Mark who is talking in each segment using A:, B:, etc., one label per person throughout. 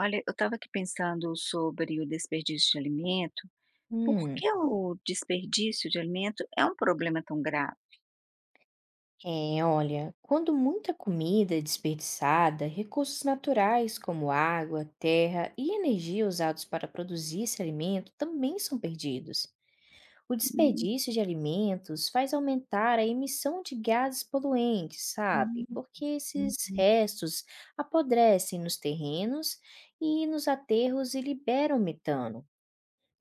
A: Olha, eu estava aqui pensando sobre o desperdício de alimento. Por
B: Hum,
A: que o desperdício de alimento é um problema tão grave?
B: é, olha, quando muita comida é desperdiçada, recursos naturais como água, terra e energia usados para produzir esse alimento também são perdidos. O
A: Hum,
B: desperdício de alimentos faz aumentar a emissão de gases poluentes, sabe? Porque esses
A: uhum.
B: restos apodrecem nos terrenos e nos aterros e liberam metano.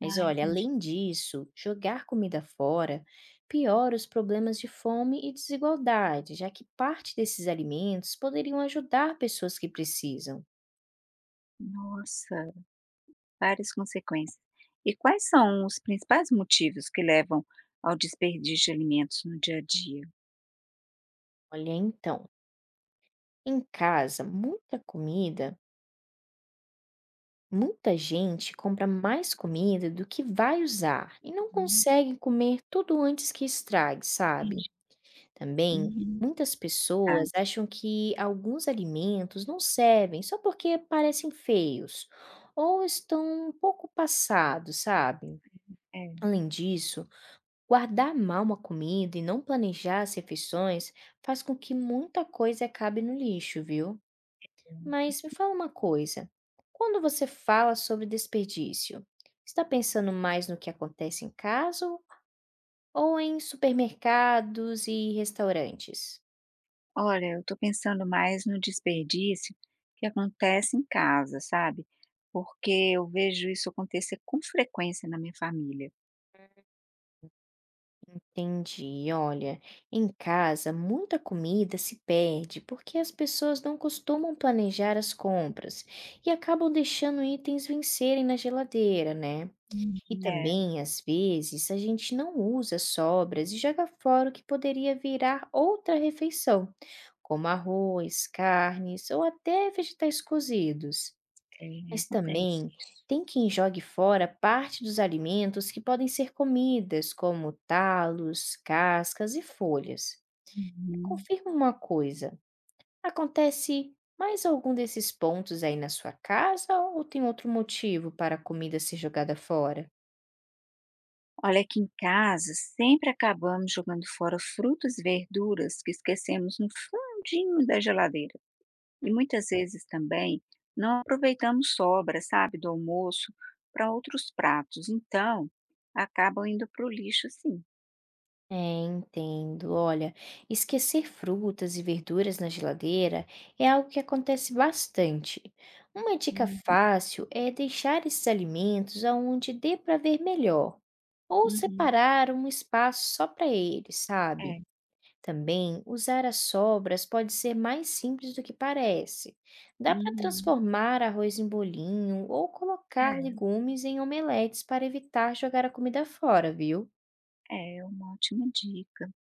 B: Mas
A: Ah,
B: olha,
A: entendi.
B: além disso, jogar comida fora piora os problemas de fome e desigualdade, já que parte desses alimentos poderiam ajudar pessoas que precisam.
A: Nossa, várias consequências. E quais são os principais motivos que levam ao desperdício de alimentos no dia a dia?
B: Olha então, em casa, muita gente compra mais comida do que vai usar e não
A: Hum,
B: consegue comer tudo antes que estrague, sabe?
A: entendi.
B: Também,
A: Uhum,
B: muitas pessoas
A: verdade.
B: acham que alguns alimentos não servem só porque parecem feios ou estão um pouco passados, sabe?
A: É.
B: Além disso, guardar mal uma comida e não planejar as refeições faz com que muita coisa acabe no lixo, viu? Mas me fala uma coisa: quando você fala sobre desperdício, está pensando mais no que acontece em casa ou em supermercados e restaurantes?
A: Olha, eu tô pensando mais no desperdício que acontece em casa, sabe? Porque eu vejo isso acontecer com frequência na minha família.
B: Entendi. Olha, em casa, muita comida se perde porque as pessoas não costumam planejar as compras e acabam deixando itens vencerem na geladeira, né?
A: Uhum.
B: E
A: É,
B: também, às vezes, a gente não usa as sobras e joga fora o que poderia virar outra refeição, como arroz, carnes ou até vegetais cozidos.
A: é,
B: Mas
A: acontece
B: também
A: isso.
B: tem quem jogue fora parte dos alimentos que podem ser comidas, como talos, cascas e folhas. E
A: Uhum.
B: confirma uma coisa: acontece mais algum desses pontos aí na sua casa ou tem outro motivo para a comida ser jogada fora?
A: Olha, aqui em casa sempre acabamos jogando fora frutas e verduras que esquecemos no fundinho da geladeira. E muitas vezes também não aproveitamos sobras, sabe, do almoço para outros pratos. Então, acabam indo para o lixo, sim.
B: É, entendo. Olha, esquecer frutas e verduras na geladeira é algo que acontece bastante. Uma dica
A: Hum.
B: fácil é deixar esses alimentos aonde dê para ver melhor, ou
A: Uhum.
B: separar um espaço só para eles, sabe?
A: É.
B: Também usar as sobras pode ser mais simples do que parece. Dá para
A: Uhum.
B: transformar arroz em bolinho ou colocar legumes em omeletes para evitar jogar a comida fora, viu?
A: É, é uma ótima dica.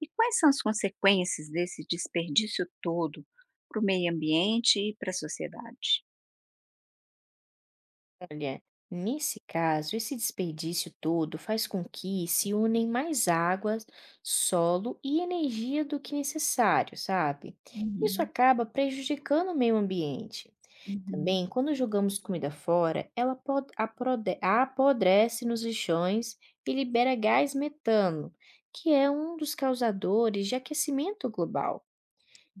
A: E quais são as consequências desse desperdício todo para o meio ambiente e para a sociedade?
B: Olha, nesse caso, esse desperdício todo faz com que se unem mais águas, solo e energia do que necessário, sabe? Isso
A: Uhum,
B: acaba prejudicando o meio ambiente.
A: uhum.
B: Também, quando jogamos comida fora, ela apodrece nos lixões e libera gás metano, que é um dos causadores de aquecimento global.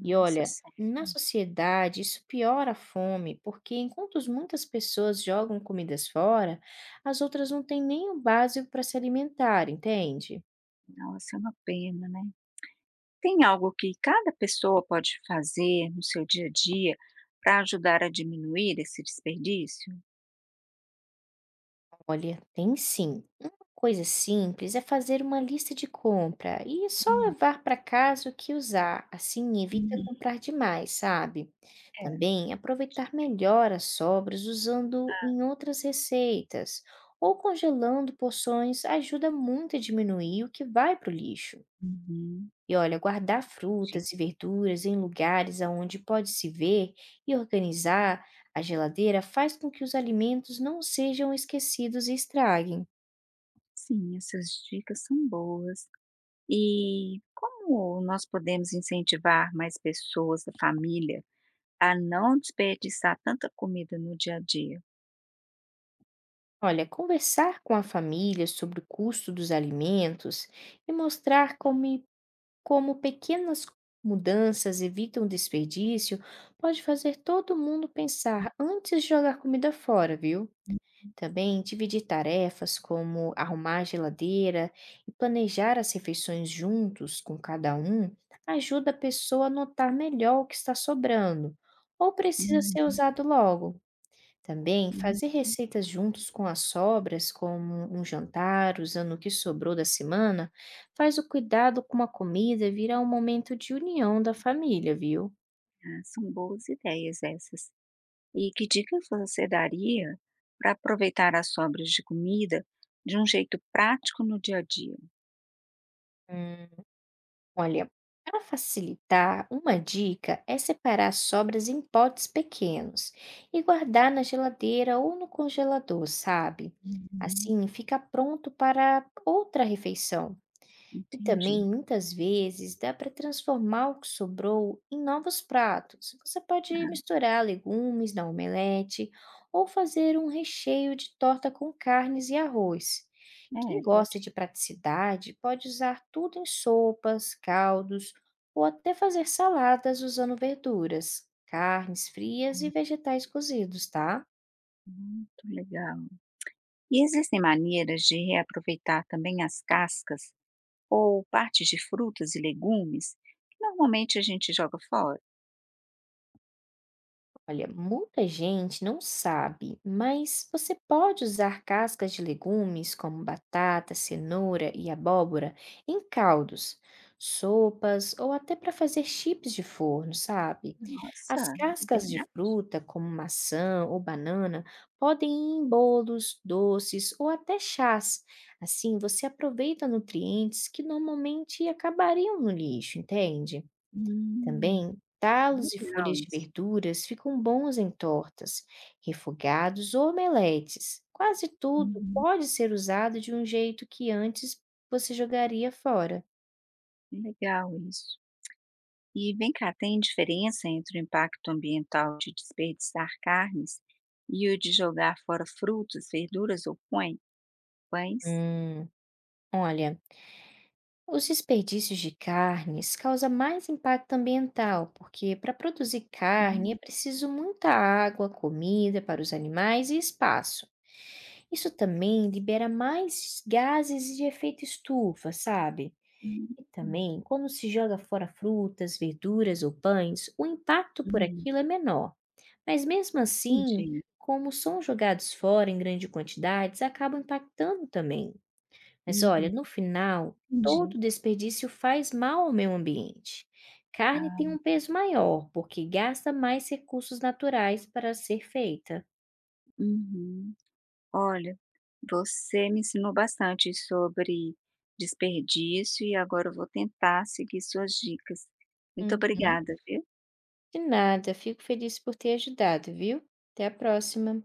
B: E olha, na
A: sério.
B: sociedade isso piora a fome, porque enquanto as muitas pessoas jogam comidas fora, as outras não têm nem o básico para se alimentar, entende?
A: Nossa, é uma pena, né. Tem algo que cada pessoa pode fazer no seu dia a dia para ajudar a diminuir esse desperdício?
B: Olha, tem sim. Uma coisa simples é fazer uma lista de compra e só
A: Hum,
B: levar para casa o que usar, assim evita
A: uhum.
B: comprar demais, sabe?
A: É,
B: Também aproveitar
A: dica.
B: melhor as sobras usando em outras receitas ou congelando porções ajuda muito a diminuir o que vai para o lixo.
A: Uhum,
B: E olha, guardar
A: entendi.
B: frutas e verduras em lugares aonde pode se ver e organizar a geladeira faz com que os alimentos não sejam esquecidos e estraguem.
A: Sim, essas dicas são boas. E como nós podemos incentivar mais pessoas da família a não desperdiçar tanta comida no dia a dia?
B: Olha, conversar com a família sobre o custo dos alimentos e mostrar como pequenas mudanças evitam desperdício pode fazer todo mundo pensar antes de jogar comida fora, viu? Também dividir tarefas como arrumar a geladeira e planejar as refeições juntos com cada um ajuda a pessoa a notar melhor o que está sobrando ou precisa ser
A: Hum,
B: usado logo. Também
A: hum.
B: fazer receitas juntos com as sobras, como um jantar usando o que sobrou da semana, faz o cuidado com a comida virar um momento de união da família, viu?
A: Ah, são boas ideias essas. E que dicas você daria para aproveitar as sobras de comida de um jeito prático no dia a dia?
B: Olha, para facilitar, uma dica é separar sobras em potes pequenos e guardar na geladeira ou no congelador, sabe?
A: Uhum,
B: Assim fica pronto para outra refeição. E
A: entendi.
B: também, muitas vezes, dá para transformar o que sobrou em novos pratos. Você pode misturar legumes na omelete ou fazer um recheio de torta com carnes e arroz. Quem
A: É, boa
B: gosta
A: dica,
B: de praticidade pode usar tudo em sopas, caldos ou até fazer saladas usando verduras, carnes frias e vegetais cozidos, tá?
A: muito legal. E existem maneiras de reaproveitar também as cascas ou partes de frutas e legumes que normalmente a gente joga fora.
B: Olha, muita gente não sabe, mas você pode usar cascas de legumes como batata, cenoura e abóbora em caldos, sopas ou até para fazer chips de forno, sabe? As
A: Nossa, é
B: cascas de
A: verdade?
B: fruta, como maçã ou banana, podem ir em bolos, doces ou até chás. Assim, você aproveita nutrientes que normalmente acabariam no lixo, entende?
A: Hum,
B: Também, talos e
A: legal
B: folhas de
A: isso.
B: verduras ficam bons em tortas, refogados ou omeletes. Quase tudo
A: Uhum,
B: pode ser usado de um jeito que antes você jogaria fora.
A: legal isso. E vem cá, tem diferença entre o impacto ambiental de desperdiçar carnes e o de jogar fora frutas, verduras ou pães?
B: Hum, olha, os desperdícios de carnes causam mais impacto ambiental, porque para produzir carne é
A: Hum,
B: preciso muita água, comida para os animais e espaço. Isso também libera mais gases de efeito estufa, sabe?
A: hum,
B: E
A: hum,
B: também, quando se joga fora frutas, verduras ou pães, o impacto por
A: hum,
B: aquilo é menor. Mas mesmo assim,
A: entendi.
B: como são jogados fora em grandes quantidades, acabam impactando também. Mas olha,
A: Uhum,
B: no final,
A: entendi.
B: todo desperdício faz mal ao meio ambiente. Carne
A: Ah,
B: tem um peso maior, porque gasta mais recursos naturais para ser feita.
A: uhum. Olha, você me ensinou bastante sobre desperdício e agora eu vou tentar seguir suas dicas. Muito
B: Uhum.
A: obrigada, viu?
B: De nada, fico feliz por ter ajudado, viu? Até a próxima.